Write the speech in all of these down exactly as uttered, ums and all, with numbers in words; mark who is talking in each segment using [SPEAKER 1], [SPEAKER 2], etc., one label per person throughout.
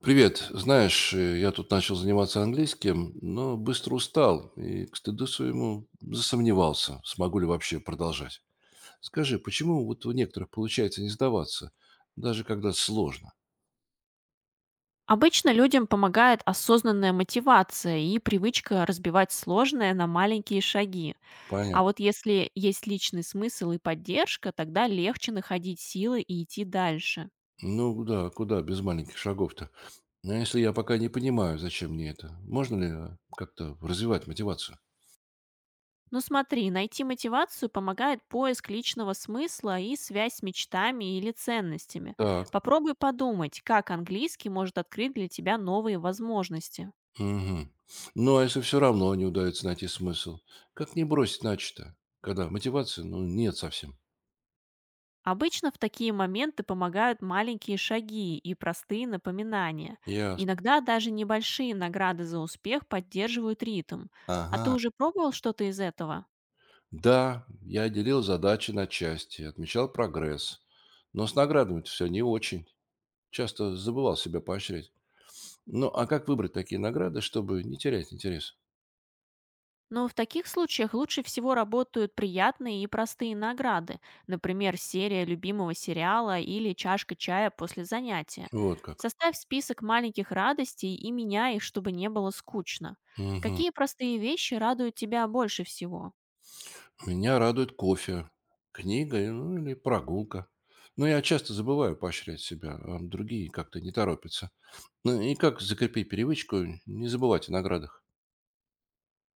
[SPEAKER 1] Привет. Знаешь, э, я тут начал заниматься английским, но быстро устал и, к стыду своему, засомневался, смогу ли вообще продолжать. Скажи, почему вот у некоторых получается не сдаваться, даже когда сложно?
[SPEAKER 2] Обычно людям помогает осознанная мотивация и привычка разбивать сложное на маленькие шаги.
[SPEAKER 1] Понятно.
[SPEAKER 2] А вот если есть личный смысл и поддержка, тогда легче находить силы и идти дальше.
[SPEAKER 1] Ну да, куда без маленьких шагов-то? Но если я пока не понимаю, зачем мне это, можно ли э, как-то развивать мотивацию?
[SPEAKER 2] Ну смотри, найти мотивацию помогает поиск личного смысла и связь с мечтами или ценностями.
[SPEAKER 1] Так,
[SPEAKER 2] Попробуй подумать, как английский может открыть для тебя новые возможности.
[SPEAKER 1] угу. Ну а если все равно не удается найти смысл, как не бросить начато, когда мотивации, ну, нет совсем?
[SPEAKER 2] Обычно в такие моменты помогают маленькие шаги и простые напоминания.
[SPEAKER 1] Ясно.
[SPEAKER 2] Иногда даже небольшие награды за успех поддерживают ритм. А ты
[SPEAKER 1] Ага.
[SPEAKER 2] уже пробовал что-то из этого?
[SPEAKER 1] Да, я делил задачи на части, отмечал прогресс. Но с наградами все не очень. Часто забывал себя поощрять. Ну, а как выбрать такие награды, чтобы не терять интерес?
[SPEAKER 2] Но в таких случаях лучше всего работают приятные и простые награды, например, серия любимого сериала или чашка чая после занятия.
[SPEAKER 1] Вот как.
[SPEAKER 2] Составь список маленьких радостей и меняй их, чтобы не было скучно.
[SPEAKER 1] Мгм.
[SPEAKER 2] Какие простые вещи радуют тебя больше всего?
[SPEAKER 1] Меня радует кофе, книга и- ну, или прогулка. Но я часто забываю поощрять себя, а другие как-то не торопятся. Ну и как закрепить привычку не забывать о наградах?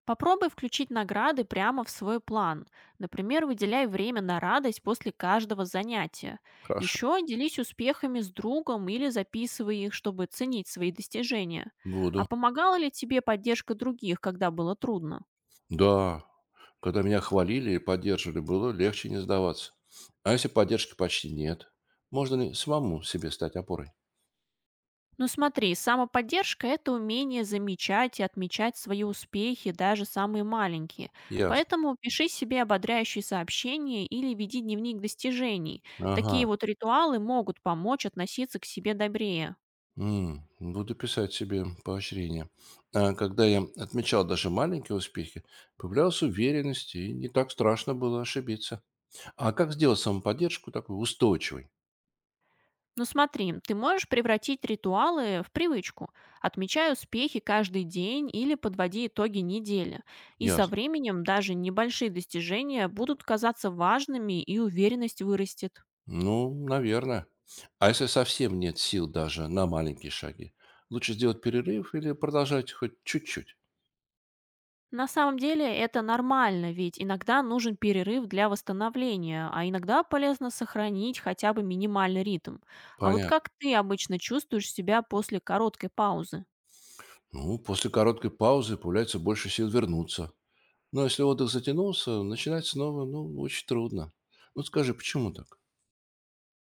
[SPEAKER 2] Попробуй включить награды прямо в свой план. Например, выделяй время на радость после каждого занятия.
[SPEAKER 1] Хорошо,
[SPEAKER 2] Еще делись успехами с другом или записывай их, чтобы ценить свои достижения. А
[SPEAKER 1] буду.
[SPEAKER 2] помогала ли тебе поддержка других, когда было трудно?
[SPEAKER 1] Да, когда меня хвалили и поддерживали, было легче не сдаваться. А если поддержки почти нет? Можно ли самому себе стать опорой?
[SPEAKER 2] Ну смотри, самоподдержка– это умение замечать и отмечать свои успехи, даже самые маленькие.
[SPEAKER 1] Ясно.
[SPEAKER 2] Поэтому пиши себе ободряющие сообщения или веди дневник достижений.
[SPEAKER 1] Ага.
[SPEAKER 2] Такие вот ритуалы могут помочь относиться к себе добрее.
[SPEAKER 1] М, буду писать себе поощрение. А когда я отмечал даже маленькие успехи, появлялась уверенность, и не так страшно было ошибиться. А как сделать самоподдержку такой устойчивой?
[SPEAKER 2] Ну смотри, ты можешь превратить ритуалы в привычку. Отмечай успехи каждый день или подводи итоги недели. И со
[SPEAKER 1] Ясно.
[SPEAKER 2] временем даже небольшие достижения будут казаться важными и уверенность вырастет.
[SPEAKER 1] Ну, наверное. А если совсем нет сил даже на маленькие шаги? Лучше сделать перерыв или продолжать хоть чуть-чуть?
[SPEAKER 2] На самом деле это нормально, ведь иногда нужен перерыв для восстановления, а иногда полезно сохранить хотя бы минимальный ритм. А вот
[SPEAKER 1] Понятно.
[SPEAKER 2] как ты обычно чувствуешь себя после короткой паузы?
[SPEAKER 1] Ну, после короткой паузы появляется больше сил вернуться. Но если отдых затянулся, начинать снова, ну, очень трудно. Вот скажи, почему так?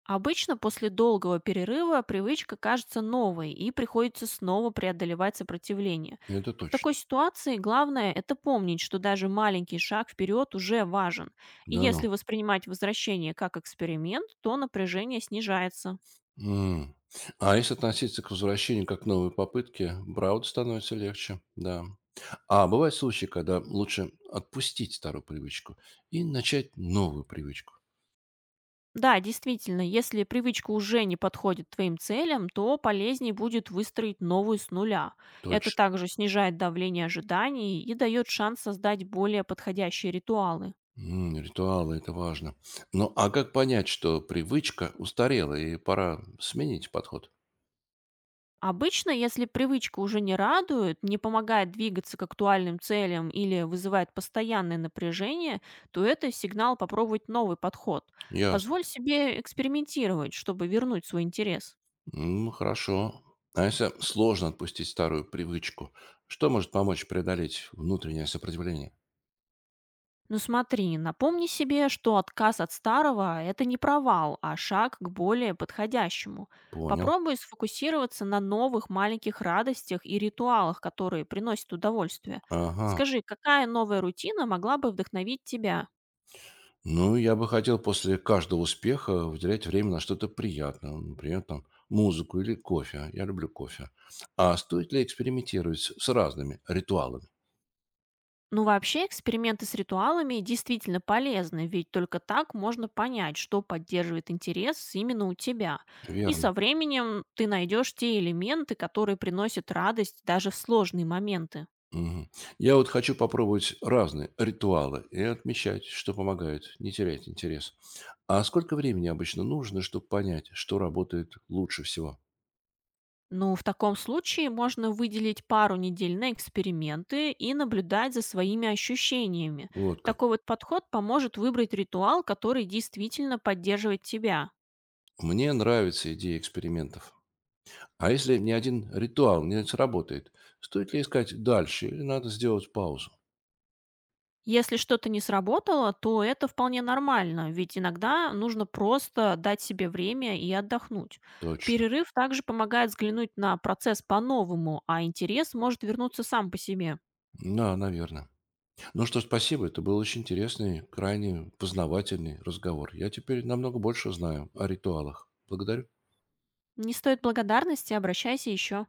[SPEAKER 2] Обычно после долгого перерыва привычка кажется новой и приходится снова преодолевать сопротивление.
[SPEAKER 1] Это
[SPEAKER 2] В
[SPEAKER 1] точно.
[SPEAKER 2] такой ситуации главное– это помнить, что даже маленький шаг вперед уже важен. И
[SPEAKER 1] Да
[SPEAKER 2] если
[SPEAKER 1] ну.
[SPEAKER 2] воспринимать возвращение как эксперимент, то напряжение снижается.
[SPEAKER 1] М. А если относиться к возвращению как к новой попытке, правда становится легче, да. А бывают случаи, когда лучше отпустить старую привычку и начать новую привычку.
[SPEAKER 2] Да, действительно, если привычка уже не подходит твоим целям, то полезнее будет выстроить новую с нуля. Это
[SPEAKER 1] Точно.
[SPEAKER 2] также снижает давление ожиданий и дает шанс создать более подходящие ритуалы.
[SPEAKER 1] М, ритуалы, это важно. Ну, а как понять, что привычка устарела и пора сменить подход?
[SPEAKER 2] Обычно, если привычка уже не радует, не помогает двигаться к актуальным целям или вызывает постоянное напряжение, то это сигнал попробовать новый подход.
[SPEAKER 1] Ясно.
[SPEAKER 2] Позволь себе экспериментировать, чтобы вернуть свой интерес.
[SPEAKER 1] Ну, хорошо. А если сложно отпустить старую привычку, что может помочь преодолеть внутреннее сопротивление?
[SPEAKER 2] Ну смотри, напомни себе, что отказ от старого– это не провал, а шаг к более подходящему.
[SPEAKER 1] Понял.
[SPEAKER 2] Попробуй сфокусироваться на новых маленьких радостях и ритуалах, которые приносят удовольствие.
[SPEAKER 1] Ага.
[SPEAKER 2] Скажи, какая новая рутина могла бы вдохновить тебя?
[SPEAKER 1] Ну, я бы хотел после каждого успеха выделять время на что-то приятное, ну, например, там, музыку или кофе. Я люблю кофе. А стоит ли экспериментировать с с разными ритуалами?
[SPEAKER 2] Ну, вообще, эксперименты с ритуалами действительно полезны, ведь только так можно понять, что поддерживает интерес именно у тебя. И
[SPEAKER 1] Верно.
[SPEAKER 2] со временем ты найдешь те элементы, которые приносят радость даже в сложные моменты.
[SPEAKER 1] Мгм. Я вот хочу попробовать разные ритуалы и отмечать, что помогает не терять интерес. А сколько времени обычно нужно, чтобы понять, что работает лучше всего?
[SPEAKER 2] Ну, в таком случае можно выделить пару недель на эксперименты и наблюдать за своими ощущениями.
[SPEAKER 1] Вот как.
[SPEAKER 2] Такой вот подход поможет выбрать ритуал, который действительно поддерживает тебя.
[SPEAKER 1] Мне нравится идея экспериментов. А если ни один ритуал не сработает, стоит ли искать дальше или надо сделать паузу?
[SPEAKER 2] Если что-то не сработало, то это вполне нормально, ведь иногда нужно просто дать себе время и отдохнуть.
[SPEAKER 1] Точно.
[SPEAKER 2] Перерыв также помогает взглянуть на процесс по-новому, а интерес может вернуться сам по себе.
[SPEAKER 1] Да, наверное. Ну что, спасибо. Это был очень интересный, крайне познавательный разговор. Я теперь намного больше знаю о ритуалах. Благодарю.
[SPEAKER 2] Не стоит благодарности, обращайся еще.